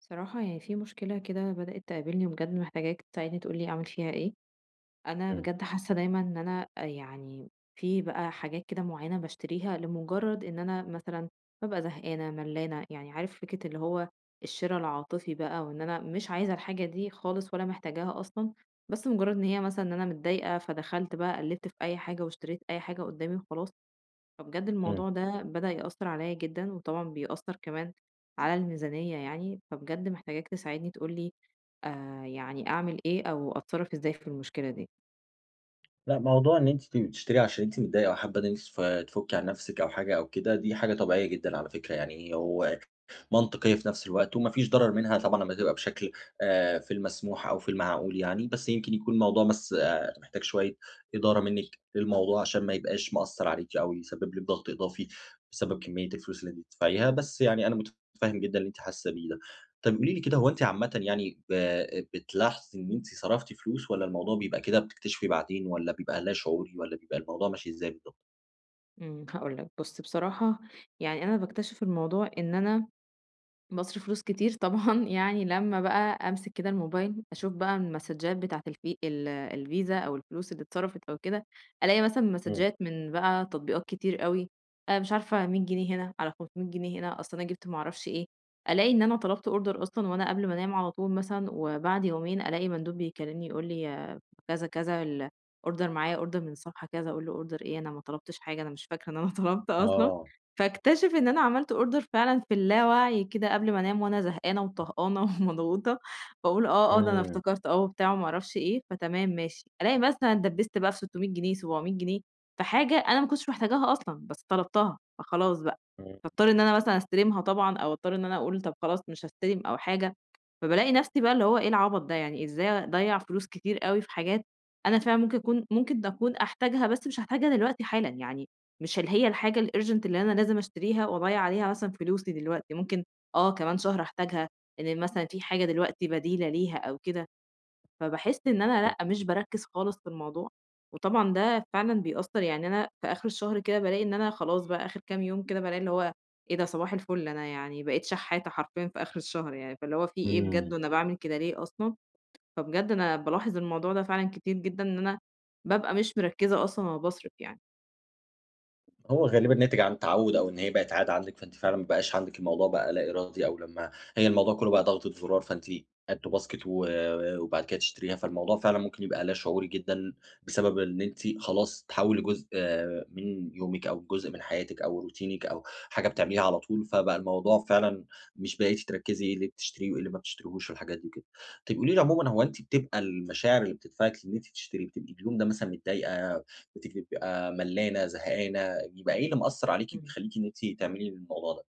صراحة يعني في مشكلة كده بدأت تقابلني، وبجد محتاجاك تساعدني تقولي أعمل فيها إيه؟ أنا إمم، بجد حاسة دايما إن أنا يعني في بقى حاجات كده معينة بشتريها لمجرد إن أنا مثلا ببقى زهقانة ملانة، يعني عارف فكرة اللي هو الشراء العاطفي بقى، وإن أنا مش عايزة الحاجة دي خالص ولا محتاجاها أصلا، بس مجرد إن هي مثلا إن أنا متضايقة فدخلت بقى قلبت في أي حاجة واشتريت أي حاجة قدامي وخلاص. فبجد إمم. الموضوع ده بدأ يأثر عليا جدًا، وطبعًا بيأثر كمان على الميزانية يعني، فبجد محتاجاك تساعدني تقول لي يعني أعمل إيه أو أتصرّف إزاي في المشكلة دي؟ لأ، موضوع إن أنتِ تشتري عشان أنتِ متضايقة أو حابة إن أنتِ تفُكّي عن نفسِك أو حاجة أو كده، دي حاجة طبيعية جدًا على فكرة يعني، هو منطقية في نفس الوقت وما فيش ضرر منها طبعًا لمّا تبقى بشكل في المسموح أو في المعقول يعني، بس يمكن يكون الموضوع بس محتاج شوية إدارة منِّك للموضوع عشان ما يبقاش مأثّر عليكِ أو يسبب لِك ضغط إضافي بسبب كمية الفلوس اللي أنتِ بتدفعيها، بس يعني أنا متفهِّم جدًا اللي أنتِ حاسة بيه ده. طب قولي لي كده هو أنتِ عامةً يعني بتلاحظي إن أنتِ صرفتِ فلوس والّا الموضوع بيبقى كده بتكتشفي بعدين والّا بيبقى لا شعوري والّا بيبقى الموضوع ماشي إزاي بالضبط؟ هاقول لك، بُص بصراحة يعني أنا باكتشف الموضوع إن أنا باصرف فلوس كتير طبعًا يعني لمّا بقى أمسك كده الموبايل، أشوف بقى المسدجات بتاعة الفيزا أو الفلوس اللي اتصرفت أو كده، ألاقي مثلًا إمم. مسدجات من بقى تطبيقات كتير أوي، مش عارفة 100 جنيه هنا، على 500 جنيه هنا، أصل أنا جِبت ما اعرفش إيه، ألاقي إن أنا طلبت order أصلًا وأنا قبل ما أنام على طول مثلًا، وبعد يومين ألاقي مندوب بيكلمني يقول لي كذا كذا الأوردر معايا أوردر من صفحة كذا، أقول له أوردر إيه أنا ما طلبتش حاجة، أنا مش فاكرة إن أنا طلبت أصلًا. آه. فاكتشف إن أنا عملت أوردر فعلًا في اللاوعي كده قبل ما أنام وأنا زهقانة وطهقانة ومضغوطة، فاقول آه، آه، ده أنا إمم. افتكرت آه وبتاع وما اعرفش إيه، فتمام ماشي، ألاقي مثلًا اتدبست بقى في 600 جنيه، 700 جنيه في حاجة أنا ما كنتش محتاجاها أصلًا، بس طلبتها، فخلاص بقى، إمم. فاضطر إن أنا مثلًا أستلمها طبعًا أو أضطر إن أنا أقول طب خلاص مش هاستلم أو حاجة. فبالاقي نفسي بقى اللي هو إيه العبط ده، يعني إزاي أضيّع فلوس كتير أوي في حاجات أنا فعلًا ممكن أكون أحتاجها بس مش هاحتاجها دلوقتي حالًا، يعني مش اللي هي الحاجة الurgent اللي أنا لازم أشتريها وأضيّع عليها مثلًا فلوسي دلوقتي، ممكن كمان شهر أحتاجها، إن مثلًا في حاجة دلوقتي بديلة ليها أو كده. فباحس إن أنا لأ، مش باركّز خالص في الموضوع، وطبعًا ده فعلًا بيأثّر، يعني أنا في آخر الشهر كده بالاقي إن أنا خلاص بقى آخر كام يوم كده بالاقي اللي هو إيه ده صباح الفل أنا يعني بقيت شحاتة حرفيًا في آخر الشهر يعني، فاللي هو في إيه بجد إمم. وأنا باعمل كده ليه أصلًا؟ فبجد أنا بالاحظ الموضوع ده فعلًا كتير جدًا إن أنا بابقى مش مركّزة أصلًا وأنا باصرف يعني. هو غالبًا ناتج عن تعوّد أو إن هي بقت عادة عندِك، فأنتِ فعلًا ما بقاش عندِك الموضوع بقى لا إرادي أو لمّا هي الموضوع كلّه بقى ضغطة زرار، فأنتِ add to basket وبعد كده تشتريها، فالموضوع فعلًا ممكن يبقى لا شعوري جدًا بسبب إن أنتِ خلاص تحوّلي جزء من يومِك أو جزء من حياتِك أو روتينِك أو حاجة بتعمليها على طول، فبقى الموضوع فعلًا مش بقيتِ تركّزي إيه اللي بتشتريه وإيه اللي ما بتشتريهوش والحاجات دي وكده. طيب قولي لي عمومًا هو أنتِ بتبقى المشاعر اللي بتدفعِك إن أنتِ تشتري، بتبقي اليوم ده مثلًا متضايقة بتجري، بتبقي بقى ملّانة، زهقانة، بيبقى إيه اللي مأثّر عليكِ إمم. وبيخلّيكِ إن أنتِ تعملي الموضوع ده؟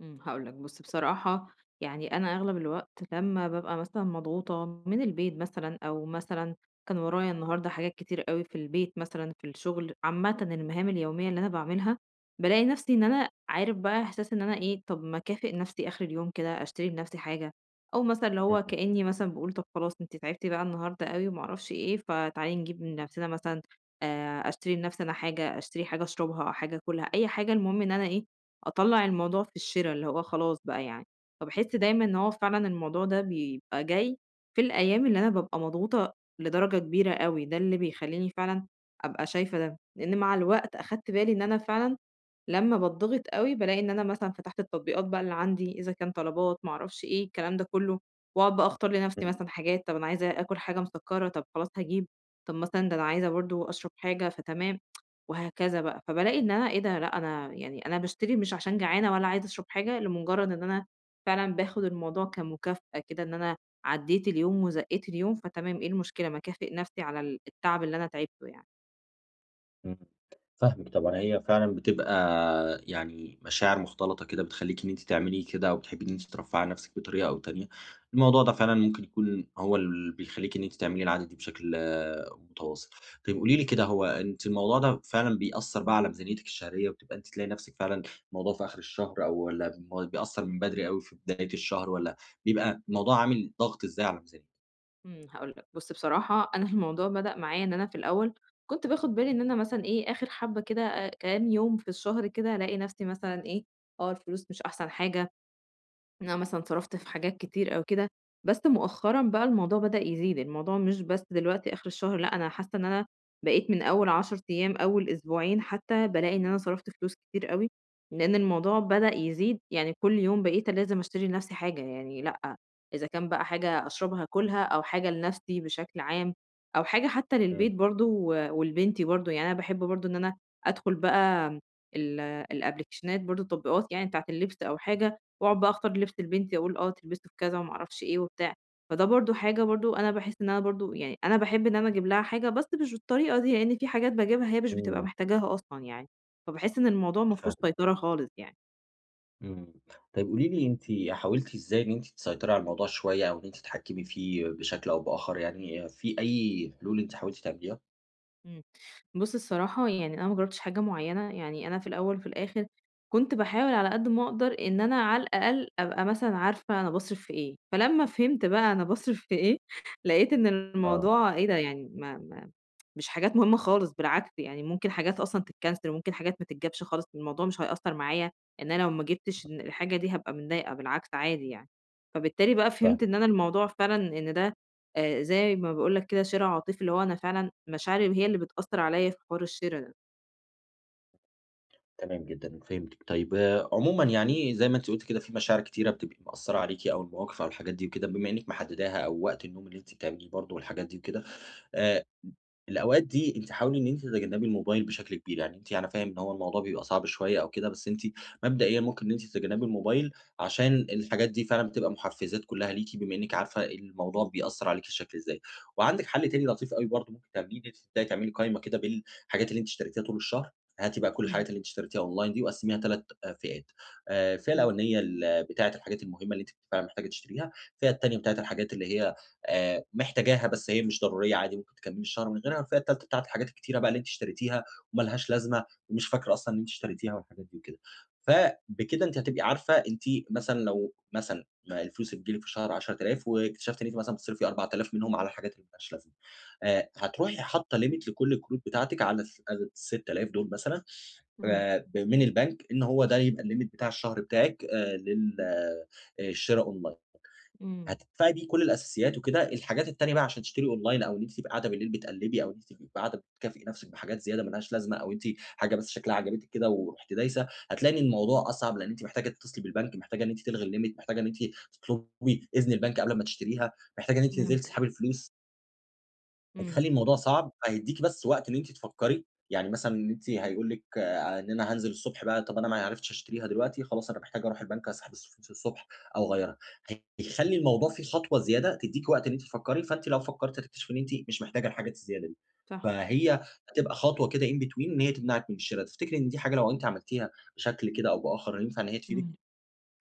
هاقول لك بُص بصراحة يعني أنا أغلب الوقت لمّا بابقى مثلًا مضغوطة من البيت مثلًا، أو مثلًا كان ورايا النهارده حاجات كتير أوي في البيت مثلًا، في الشغل، عامةً المهام اليومية اللي أنا باعملها، بالاقي نفسي إن أنا عارف بقى إحساس إن أنا إيه، طب ما أكافئ نفسي آخر اليوم كده، أشتري لنفسي حاجة، أو مثلًا اللي هو إمم، كإني مثلًا باقول طب خلاص أنتِ تعبتِ بقى النهارده أوي وما أعرفش إيه، فتعالي نجيب لنفسنا مثلًا أشتري لنفسي أنا حاجة، أشتري حاجة أشربها، حاجة آكلها، أي حاجة المهم إن أنا إيه، أطلّع الموضوع في الشِرا، اللي هو خلاص بقى يعني. فباحس دايمًا إن هو فعلًا الموضوع ده بيبقى جاي في الأيام اللي أنا بابقى مضغوطة لدرجة كبيرة أوي، ده اللي بيخلّيني فعلًا أبقى شايفة ده. لإن مع الوقت أخدت بالي إن أنا فعلًا لمّا باتضغط أوي، بالاقي إن أنا مثلًا فتحت التطبيقات بقى اللي عندي، إذا كان طلبات، ما أعرفش إيه، الكلام ده كُلّه، وأقعد بقى أختار لنفسي إمم، مثلًا حاجات، طَب أنا عايزة آكل حاجة مسكّرة، طَب خلاص هاجيب، طَب مثلًا ده أنا عايزة برضه أشرب حاجة، فتمام. وهكذا بقى، فبالاقي إن أنا إيه ده، لأ أنا يعني أنا باشتري مش عشان جعانة ولا عايزة أشرب حاجة، لمجرد إن أنا فعلًا باخد الموضوع كمكافأة كده، إن أنا عدّيت اليوم وزقّيت اليوم، فتمام إيه المشكلة ما أكافئ نفسي على التعب اللي أنا تعبته يعني. إمم. فاهمِك طبعًا، هي فعلًا بتبقى يعني مشاعر مختلطة كده بتخلّيكِ إن أنتِ تعملي كده أو بتحبي إن أنتِ ترفّهي عن نفسِك بطريقة أو تانية، الموضوع ده فعلًا ممكن يكون هو اللي بيخلّيكِ إن أنتِ تعملي العادة دي بشكل متواصل. طيب قولي لي كده هو أنتِ الموضوع ده فعلًا بيأثّر بقى على ميزانيتِك الشهرية وبتبقى أنتِ تلاقي نفسِك فعلًا الموضوع في آخر الشهر أو والّا بيأثّر من بدري أوي في بداية الشهر والّا بيبقى الموضوع عامل ضغط إزاي على الميزانية؟ هاقول لك، بُص بصراحة أنا الموضوع بدأ معايا إن أنا في الأول كنت باخد بالي إن أنا مثلًا إيه، آخر حبّة كده كام يوم في الشهر كده ألاقي نفسي مثلًا إيه، الفلوس مش أحسن حاجة إن أنا مثلًا صرفت في حاجات كتير أو كده، بس مؤخرًا بقى الموضوع بدأ يزيد، الموضوع مش بس دلوقتي آخر الشهر، لأ أنا حاسة إن أنا بقيت من أول 10 أيام، أول أسبوعين حتى بالاقي إن أنا صرفت فلوس كتير أوي، لأن الموضوع بدأ يزيد، يعني كل يوم بقيت لازم أشتري لنفسي حاجة، يعني لأ، إذا كان بقى حاجة أشربها آكلها أو حاجة لنفسي بشكل عام، أو حاجة حتى إمم، للبيت برضه ولبنتي برضه، يعني أنا باحب برضه إن أنا أدخل بقى الأبليكيشنات برضه، التطبيقات يعني بتاعة اللبس أو حاجة واقعد بقى اختار لبس لبنتي واقول آه تلبسه في كذا وما اعرفش إيه وبتاع، فده برضه حاجة برضه أنا باحس إن أنا برضه يعني أنا باحب إن أنا أجيب لها حاجة بس مش بالطريقة دي، لإن في حاجات باجيبها هي مش بتبقى إمم، محتاجاها أصلًا يعني، فباحس إن الموضوع ما ف فيهوش سيطرة خالص يعني. إمم. طيب قولي لي أنتِ حاولتِ إزاي إن أنتِ تسيطري على الموضوع شوية أو إن أنتِ تتحكمي فيه بشكل أو بآخر يعني في أي حلول أنتِ حاولتِ تعمليها؟ إمم. بُص الصراحة يعني أنا ما جرّبتش حاجة معيّنة، يعني أنا في الأول وفي الآخر كنت باحاول على قد ما أقدر إن أنا على الأقل أبقى مثلًا عارفة أنا باصرف في إيه، فلمّا فهمت بقى أنا باصرف في إيه، لقيت إن آه، الموضوع إيه ده يعني ما ما مش حاجات مهمة خالص بالعكس يعني ممكن حاجات أصلًا تتكنسل وممكن حاجات ما تتجابش خالص، الموضوع مش هيأثّر معايا إن أنا لو ما جبتش إن الحاجة دي هابقى متضايقة، بالعكس عادي يعني. فبالتالي بقى فهمت فاهمِك، إن أنا الموضوع فعلًا إن ده زي ما باقول لك كده شِراء عاطفي، اللي هو أنا فعلًا مشاعري هي اللي بتأثّر عليَّ في حوار الشِرا ده. تمام جدًا، فهمتِك. طيب آه، عمومًا يعني زي ما أنتِ قلتِ كده في مشاعر كتيرة بتبقى مأثّرة عليكِ أو المواقف أو الحاجات دي وكده، بما إنِّك محدّداها أو وقت النوم اللي أنتِ بتعمليه برضه والحاجات دي وكده، آآ الأوقات دي أنتِ حاولي إن أنتِ تتجنبي الموبايل بشكل كبير، يعني أنتِ أنا فاهم إن هو الموضوع بيبقى صعب شوية أو كده، بس أنتِ مبدئيًا ممكن إن أنتِ تتجنبي الموبايل عشان الحاجات دي فعلًا بتبقى محفزات كلها ليكِ، بما إنِّك عارفة الموضوع بيأثّر عليكِ بشكل إزاي. وعندِك حل تاني لطيف أوي برضه ممكن تعمليه، إن أنتِ تبدئي تعملي قايمة كده بالحاجات اللي أنتِ اشتريتيها طول الشهر، هاتي بقى كل إمم، الحاجات اللي أنتِ اشتريتيها أونلاين دي وقسّميها 3 فئات، الفئة إمم، الأولانية بتاعة الحاجات المهمة اللي أنتِ فعلًا محتاجة تشتريها، الفئة التانية بتاعة الحاجات اللي هي محتاجاها بس هي مش ضرورية عادي ممكن تكمّلي الشهر من غيرها، الفئة التالتة بتاعة الحاجات الكتيرة بقى اللي أنتِ اشتريتيها وما لهاش لازمة ومش فاكرة أصلًا إن أنتِ اشتريتيها والحاجات دي وكده. فبكده أنتِ هتبقي عارفة أنتِ مثلًا لو مثلًا ما الفلوس اللي بتيجي لِك في الشهر 10000 واكتشفتِ إن أنتِ مثلًا بتصرفي 4000 منهم على الحاجات اللي ما لهاش لازمة، هتروحي حاطة limit لكل الكروت بتاعتِك على ال6000 دول مثلًا إمم، ب من البنك إن هو ده يبقى الlimit بتاع الشهر بتاعِك لل الشِرا online. إمم، هتدفعي بيه كل الأساسيات وكده، الحاجات التانية بقى عشان تشتري أونلاين أو إن أنتِ تبقي قاعدة بالليل بتقلّبي أو إن أنتِ تبقي قاعدة بتكافئي نفسِك بحاجات زيادة ما لهاش لازمة أو أنتِ حاجة بس شكلها عجبتِك كده ورُحتِ دايسة، هتلاقي إن الموضوع أصعب لإن أنتِ محتاجة تتصلي بالبنك، محتاجة إن أنتِ تلغي الlimit، محتاجة إن أنتِ تطلبي إذن البنك قبل ما تشتريها، محتاجة إن أنتِ تنزلي فهمتك، تسحبي الفلوس. إمم، هيخلّي الموضوع صعب، فهيدّيكِ بس وقت إن أنتِ تفكّري، يعني مثلًا إن أنتِ هيقول لِك آه، إن أنا هانزل الصبح بقى، طَب أنا ما عرفتش أشتريها دلوقتي، خلاص أنا محتاج أروح البنك أسحب فلوس الصبح أو أغيّرها، هيخلّي الموضوع فيه خطوة زيادة تدّيكِ وقت إن أنتِ تفكّري، فأنتِ لو فكّرتِ هتكتشفي إن أنتِ مش محتاجة الحاجات الزيادة دي، صح، فهي هتبقى خطوة كده in between إن هي تمنعِك من الشرا، تفتكري إن دي حاجة لو أنتِ عملتيها بشكل كده أو بآخر ينفع إن هي تفيدِك؟ إمم.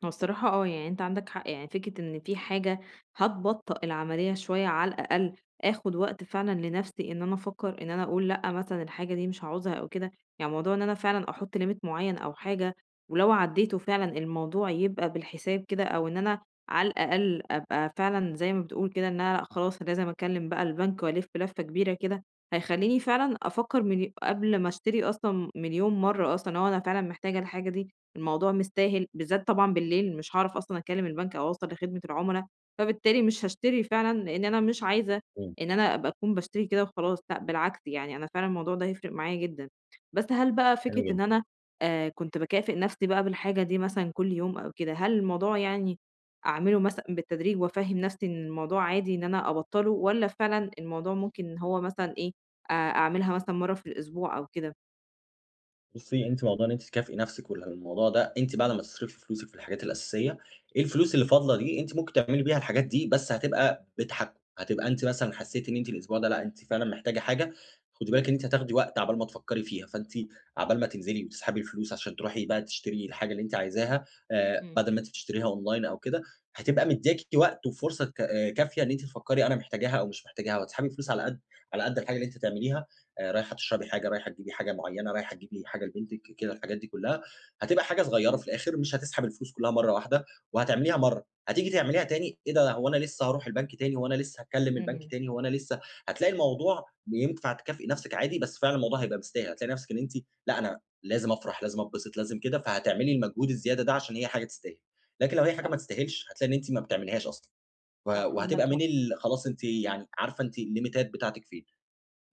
هو الصراحة يعني أنت عندك حق، يعني فكرة إن في حاجة هتبطّئ العملية شوية على الأقل، آخُد وقت فعلًا لنَفْسي إن أنا أفكّر إن أنا أقول لأ مثلًا الحاجة دي مش هاعوزها أو كده، يعني موضوع إن أنا فعلًا أحُط limit معيّن أو حاجة ولو عدّيته فعلًا الموضوع يبقى بالحساب كده أو إن أنا على الأقل أبقى فعلًا زي ما بتقول كده إن أنا لأ خلاص لازم أكلِّم بقى البنك وألِف لَفّة كبيرة كده، هيخلّيني فعلًا أفكّر ملي قبل ما أشتري أصلًا مليون مرّة أصلًا هو أنا فعلًا محتاجة الحاجة دي، الموضوع مستاهل، بالذات طبعًا بالليل مش هاعرف أصلًا أكلم البنك أو أوصل لخدمة العملا، فبالتالي مش هاشتري فعلًا، لإن أنا مش عايزة إمم، إن أنا أبقى أكون باشتري كده وخلاص، لأ بالعكس يعني أنا فعلًا الموضوع ده هيفرق معايا جدًا. بس هل بقى فكرة حلو إن جدًا. أنا كنت باكافئ نفسي بقى بالحاجة دي مثلًا كل يوم أو كده، هل الموضوع يعني أعمله مثلًا بالتدريج وأفهِّم نفسي إن الموضوع عادي إن أنا أبطّله، والّا فعلًا الموضوع ممكن إن هو مثلًا إيه، أعملها مثلًا مرّة في الأسبوع أو كده؟ بُصّي، أنتِ موضوع إن أنتِ تكافئي نَفْسِك والموضوع ده أنتِ بعد ما تصرفي فلوسِك في الحاجات الأساسية، إيه الفلوس اللي فاضلة دي أنتِ ممكن تعملي بيها الحاجات دي، بس هتبقى بتحكُّم، هتبقى أنتِ مثلًا حسّيتِ إن أنتِ الأسبوع ده لأ، أنتِ فعلًا محتاجة حاجة، خُدي بالِك إن أنتِ هتاخدي وقت عقبال ما تفكّري فيها، فأنتِ عقبال ما تنزلي وتسحبي الفلوس عشان تروحي بقى تشتري الحاجة اللي أنتِ عايزاها إمم. بدل ما أنتِ بتشتريها أونلاين أو كده، هتبقى مدّياكِ وقت وفرصة ك كافية إن أنتِ تفكّري أنا محتاجاها أو مش محتاجاها، وهتسحبي فلوس على قد الحاجة اللي أنتِ هتعمليها رايحة تشربي حاجة، رايحة تجيبي حاجة معيّنة، رايحة تجيبي حاجة لبنتِك، كده الحاجات دي كلّها، هتبقى حاجة صغيّرة في الآخر مش هتسحب الفلوس كلّها مرّة واحدة، وهتعمليها مرّة، هتيجي تعمليها تاني إيه ده هو أنا لسه هاروح البنك تاني، هو أنا لسه هاكلّم إمم، البنك إمم، تاني، هو أنا لسه هتلاقي الموضوع ينفع تكافئي نَفْسِك عادي، بس فعلًا الموضوع هيبقى مستاهل، هتلاقي نَفْسِك إن أنتِ لأ أنا لازم أفرح، لازم أتبسط، لازم كده، فهتعملي المجهود الزيادة ده عشان هي حاجة تستاهل، لكن لو هي حاجة ما صح، تستاهلش هتلاقي إن أنتِ ما بتعمليهاش أصلًا، صح، وهتبقى عندك من ال خلاص أنتِ يعني عارفة أنتِ الليميتات بتاعتِك فين.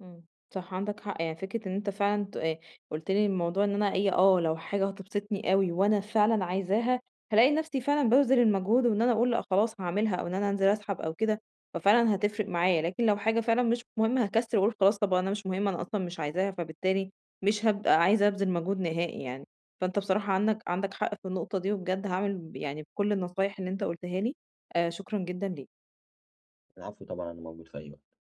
إمم، صح عندك حق، يعني فكرة إن أنت فعلًا ت قُلت لي الموضوع إن أنا إيه، لو حاجة هتبسطني أوي وأنا فعلًا عايزاها، هالاقي نفسي فعلًا بابذل المجهود وإن أنا أقول لأ خلاص هاعملها أو إن أنا أنزل أسحب أو كده، ففعلًا هتفرق معايا، لكن لو حاجة فعلًا مش مهمة هاكسل وأقول خلاص طَب أنا مش مهم أنا أصلًا مش عايزاها، فبالتالي مش هابقى عايزة أبذل مجهود نهائي يعني. فأنت بصراحة عندك حق في النقطة دي، وبجد هاعمل ب يعني بكل النصايح اللي أنت قُلتها لي، شكرًا جدًا ليك. العفو طبعًا، أنا موجود في أي وقت.